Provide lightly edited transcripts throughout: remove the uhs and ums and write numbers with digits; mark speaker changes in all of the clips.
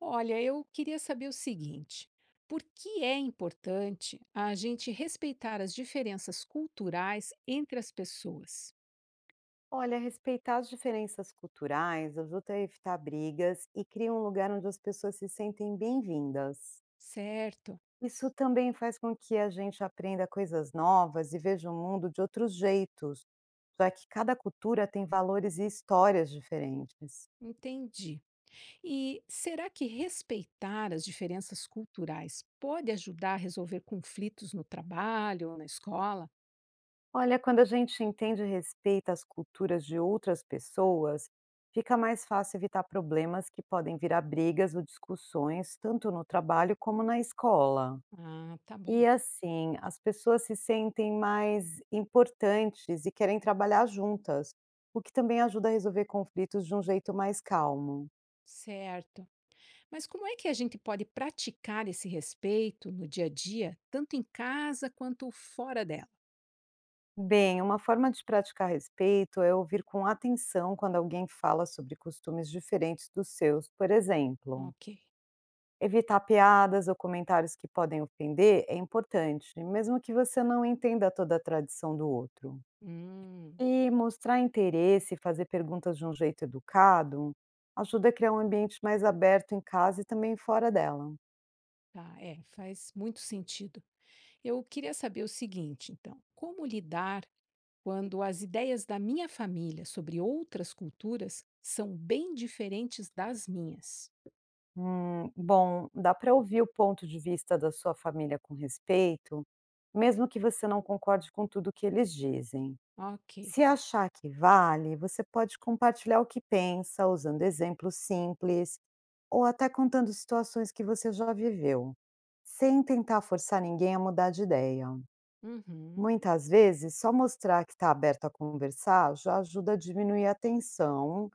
Speaker 1: Olha, eu queria saber o seguinte: por que é importante a gente respeitar as diferenças culturais entre as pessoas?
Speaker 2: Olha, respeitar as diferenças culturais ajuda a evitar brigas e cria um lugar onde as pessoas se sentem bem-vindas.
Speaker 1: Certo,
Speaker 2: Isso também faz com que a gente aprenda coisas novas e veja o mundo de outros jeitos, já que cada cultura tem valores e histórias diferentes.
Speaker 1: entendi. E será que respeitar as diferenças culturais pode ajudar a resolver conflitos no trabalho ou na escola?
Speaker 2: Olha, quando a gente entende e respeita as culturas de outras pessoas, fica mais fácil evitar problemas que podem virar brigas ou discussões, tanto no trabalho como na escola.
Speaker 1: Ah, tá bom,
Speaker 2: E assim, as pessoas se sentem mais importantes e querem trabalhar juntas, o que também ajuda a resolver conflitos de um jeito mais calmo.
Speaker 1: certo. Mas como é que a gente pode praticar esse respeito no dia a dia, tanto em casa quanto fora dela?
Speaker 2: Bem, uma forma de praticar respeito é ouvir com atenção quando alguém fala sobre costumes diferentes dos seus, por exemplo.
Speaker 1: Ok.
Speaker 2: Evitar piadas ou comentários que podem ofender é importante, mesmo que você não entenda toda a tradição do outro.
Speaker 1: Hum.
Speaker 2: E mostrar interesse e fazer perguntas de um jeito educado ajuda a criar um ambiente mais aberto em casa e também fora dela.
Speaker 1: Tá, é, faz muito sentido. Eu queria saber o seguinte, então, como lidar quando as ideias da minha família sobre outras culturas são bem diferentes das minhas?
Speaker 2: Bom, dá para ouvir o ponto de vista da sua família com respeito, mesmo que você não concorde com tudo que eles dizem.
Speaker 1: Ok,
Speaker 2: Se achar que vale, você pode compartilhar o que pensa, usando exemplos simples ou até contando situações que você já viveu, sem tentar forçar ninguém a mudar de ideia.
Speaker 1: uhum,
Speaker 2: Muitas vezes, só mostrar que está aberto a conversar já ajuda a diminuir a tensão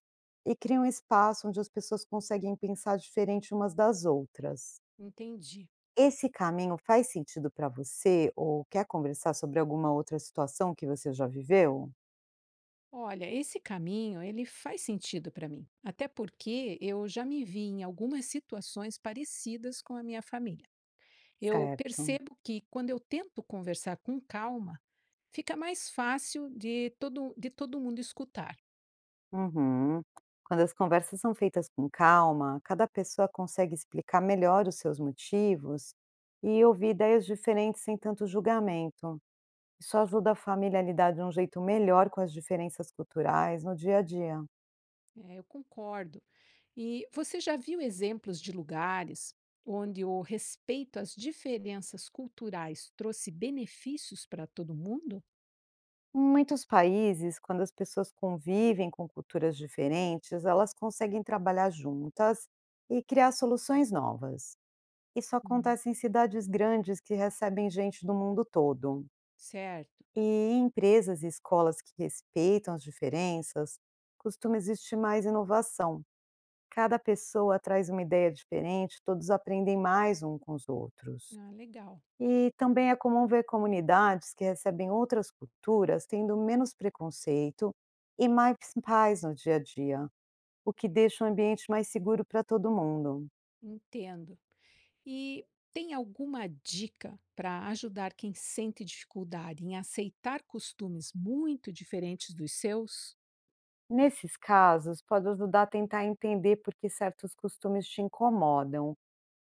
Speaker 2: e cria um espaço onde as pessoas conseguem pensar diferente umas das outras.
Speaker 1: entendi.
Speaker 2: Esse caminho faz sentido para você ou quer conversar sobre alguma outra situação que você já viveu?
Speaker 1: Olha, esse caminho, ele faz sentido para mim, até porque eu já me vi em algumas situações parecidas com a minha família. Eu
Speaker 2: Certo.
Speaker 1: percebo que quando eu tento conversar com calma, fica mais fácil de todo mundo escutar.
Speaker 2: Uhum. Quando as conversas são feitas com calma, cada pessoa consegue explicar melhor os seus motivos e ouvir ideias diferentes sem tanto julgamento. Isso ajuda a família a lidar de um jeito melhor com as diferenças culturais no dia a dia.
Speaker 1: É, eu concordo. E você já viu exemplos de lugares onde o respeito às diferenças culturais trouxe benefícios para todo mundo?
Speaker 2: Em muitos países, quando as pessoas convivem com culturas diferentes, elas conseguem trabalhar juntas e criar soluções novas. Isso
Speaker 1: Hum.
Speaker 2: acontece em cidades grandes que recebem gente do mundo todo.
Speaker 1: Certo.
Speaker 2: E em empresas e escolas que respeitam as diferenças, costuma existir mais inovação. Cada pessoa traz uma ideia diferente, todos aprendem mais um com os outros.
Speaker 1: Ah, legal.
Speaker 2: E também é comum ver comunidades que recebem outras culturas tendo menos preconceito e mais paz no dia a dia, o que deixa o ambiente mais seguro para todo mundo.
Speaker 1: Entendo. E tem alguma dica para ajudar quem sente dificuldade em aceitar costumes muito diferentes dos seus?
Speaker 2: Nesses casos, pode ajudar a tentar entender por que certos costumes te incomodam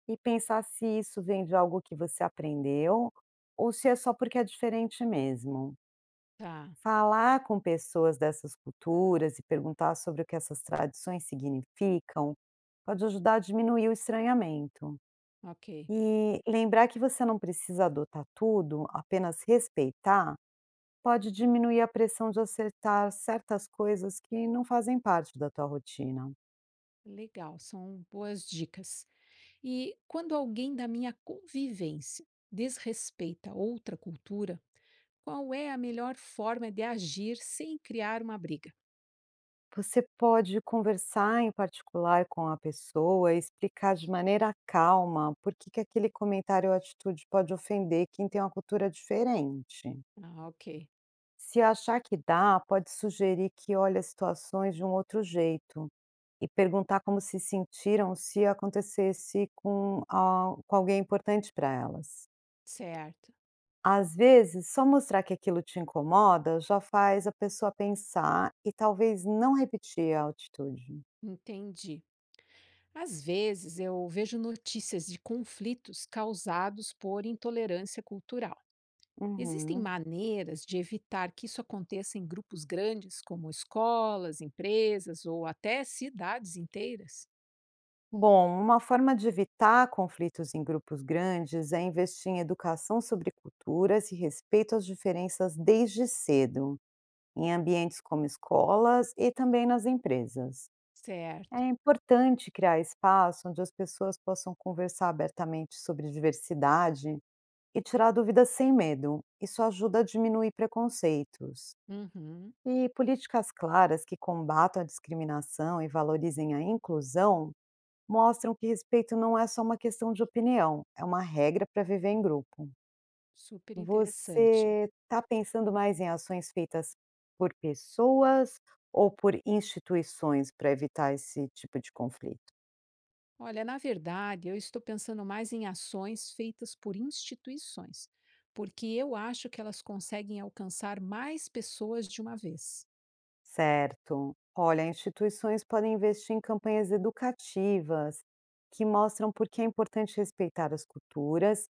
Speaker 2: e pensar se isso vem de algo que você aprendeu ou se é só porque é diferente mesmo.
Speaker 1: Tá,
Speaker 2: Falar com pessoas dessas culturas e perguntar sobre o que essas tradições significam pode ajudar a diminuir o estranhamento.
Speaker 1: ok.
Speaker 2: E lembrar que você não precisa adotar tudo, apenas respeitar, pode diminuir a pressão de acertar certas coisas que não fazem parte da tua rotina.
Speaker 1: Legal, são boas dicas. E quando alguém da minha convivência desrespeita outra cultura, qual é a melhor forma de agir sem criar uma briga?
Speaker 2: Você pode conversar em particular com a pessoa e explicar de maneira calma por que que aquele comentário ou atitude pode ofender quem tem uma cultura diferente.
Speaker 1: Ah, ok.
Speaker 2: Se achar que dá, pode sugerir que olhe as situações de um outro jeito e perguntar como se sentiram se acontecesse com, com alguém importante para elas.
Speaker 1: Certo.
Speaker 2: Às vezes, só mostrar que aquilo te incomoda já faz a pessoa pensar e talvez não repetir a atitude.
Speaker 1: Entendi. Às vezes eu vejo notícias de conflitos causados por intolerância cultural. Existem
Speaker 2: Uhum.
Speaker 1: maneiras de evitar que isso aconteça em grupos grandes, como escolas, empresas ou até cidades inteiras?
Speaker 2: Bom, uma forma de evitar conflitos em grupos grandes é investir em educação sobre culturas e respeito às diferenças desde cedo, em ambientes como escolas e também nas empresas. É
Speaker 1: Certo.
Speaker 2: importante criar espaço onde as pessoas possam conversar abertamente sobre diversidade e tirar dúvidas sem medo. Isso ajuda a diminuir preconceitos.
Speaker 1: Uhum.
Speaker 2: E políticas claras que combatam a discriminação e valorizem a inclusão mostram que respeito não é só uma questão de opinião, é uma regra para viver em grupo.
Speaker 1: Super interessante.
Speaker 2: Você está pensando mais em ações feitas por pessoas ou por instituições para evitar esse tipo de conflito?
Speaker 1: Olha, na verdade, eu estou pensando mais em ações feitas por instituições, porque eu acho que elas conseguem alcançar mais pessoas de uma vez.
Speaker 2: Certo. Olha, instituições podem investir em campanhas educativas que mostram por que é importante respeitar as culturas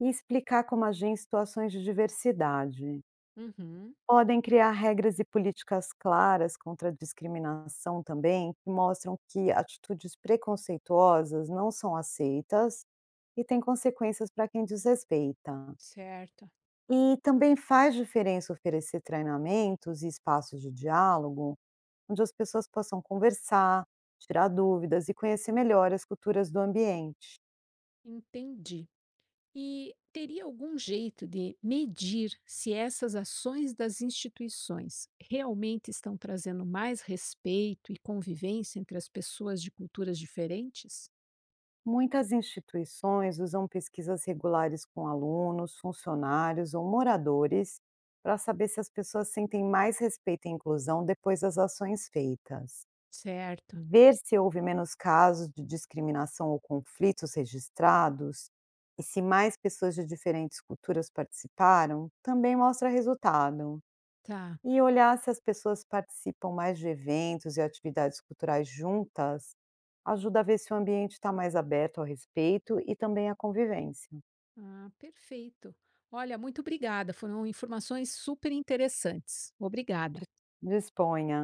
Speaker 2: e explicar como agir em situações de diversidade.
Speaker 1: Uhum.
Speaker 2: Podem criar regras e políticas claras contra a discriminação também, que mostram que atitudes preconceituosas não são aceitas e têm consequências para quem desrespeita.
Speaker 1: Certo,
Speaker 2: E também faz diferença oferecer treinamentos e espaços de diálogo, onde as pessoas possam conversar, tirar dúvidas e conhecer melhor as culturas do ambiente.
Speaker 1: entendi. E teria algum jeito de medir se essas ações das instituições realmente estão trazendo mais respeito e convivência entre as pessoas de culturas diferentes?
Speaker 2: Muitas instituições usam pesquisas regulares com alunos, funcionários ou moradores para saber se as pessoas sentem mais respeito e inclusão depois das ações feitas.
Speaker 1: Certo,
Speaker 2: Ver se houve menos casos de discriminação ou conflitos registrados e se mais pessoas de diferentes culturas participaram também mostra resultado.
Speaker 1: tá.
Speaker 2: E olhar se as pessoas participam mais de eventos e atividades culturais juntas ajuda a ver se o ambiente está mais aberto ao respeito e também à convivência.
Speaker 1: Ah, perfeito. Olha, muito obrigada. Foram informações super interessantes. Obrigada.
Speaker 2: Dis- Disponha.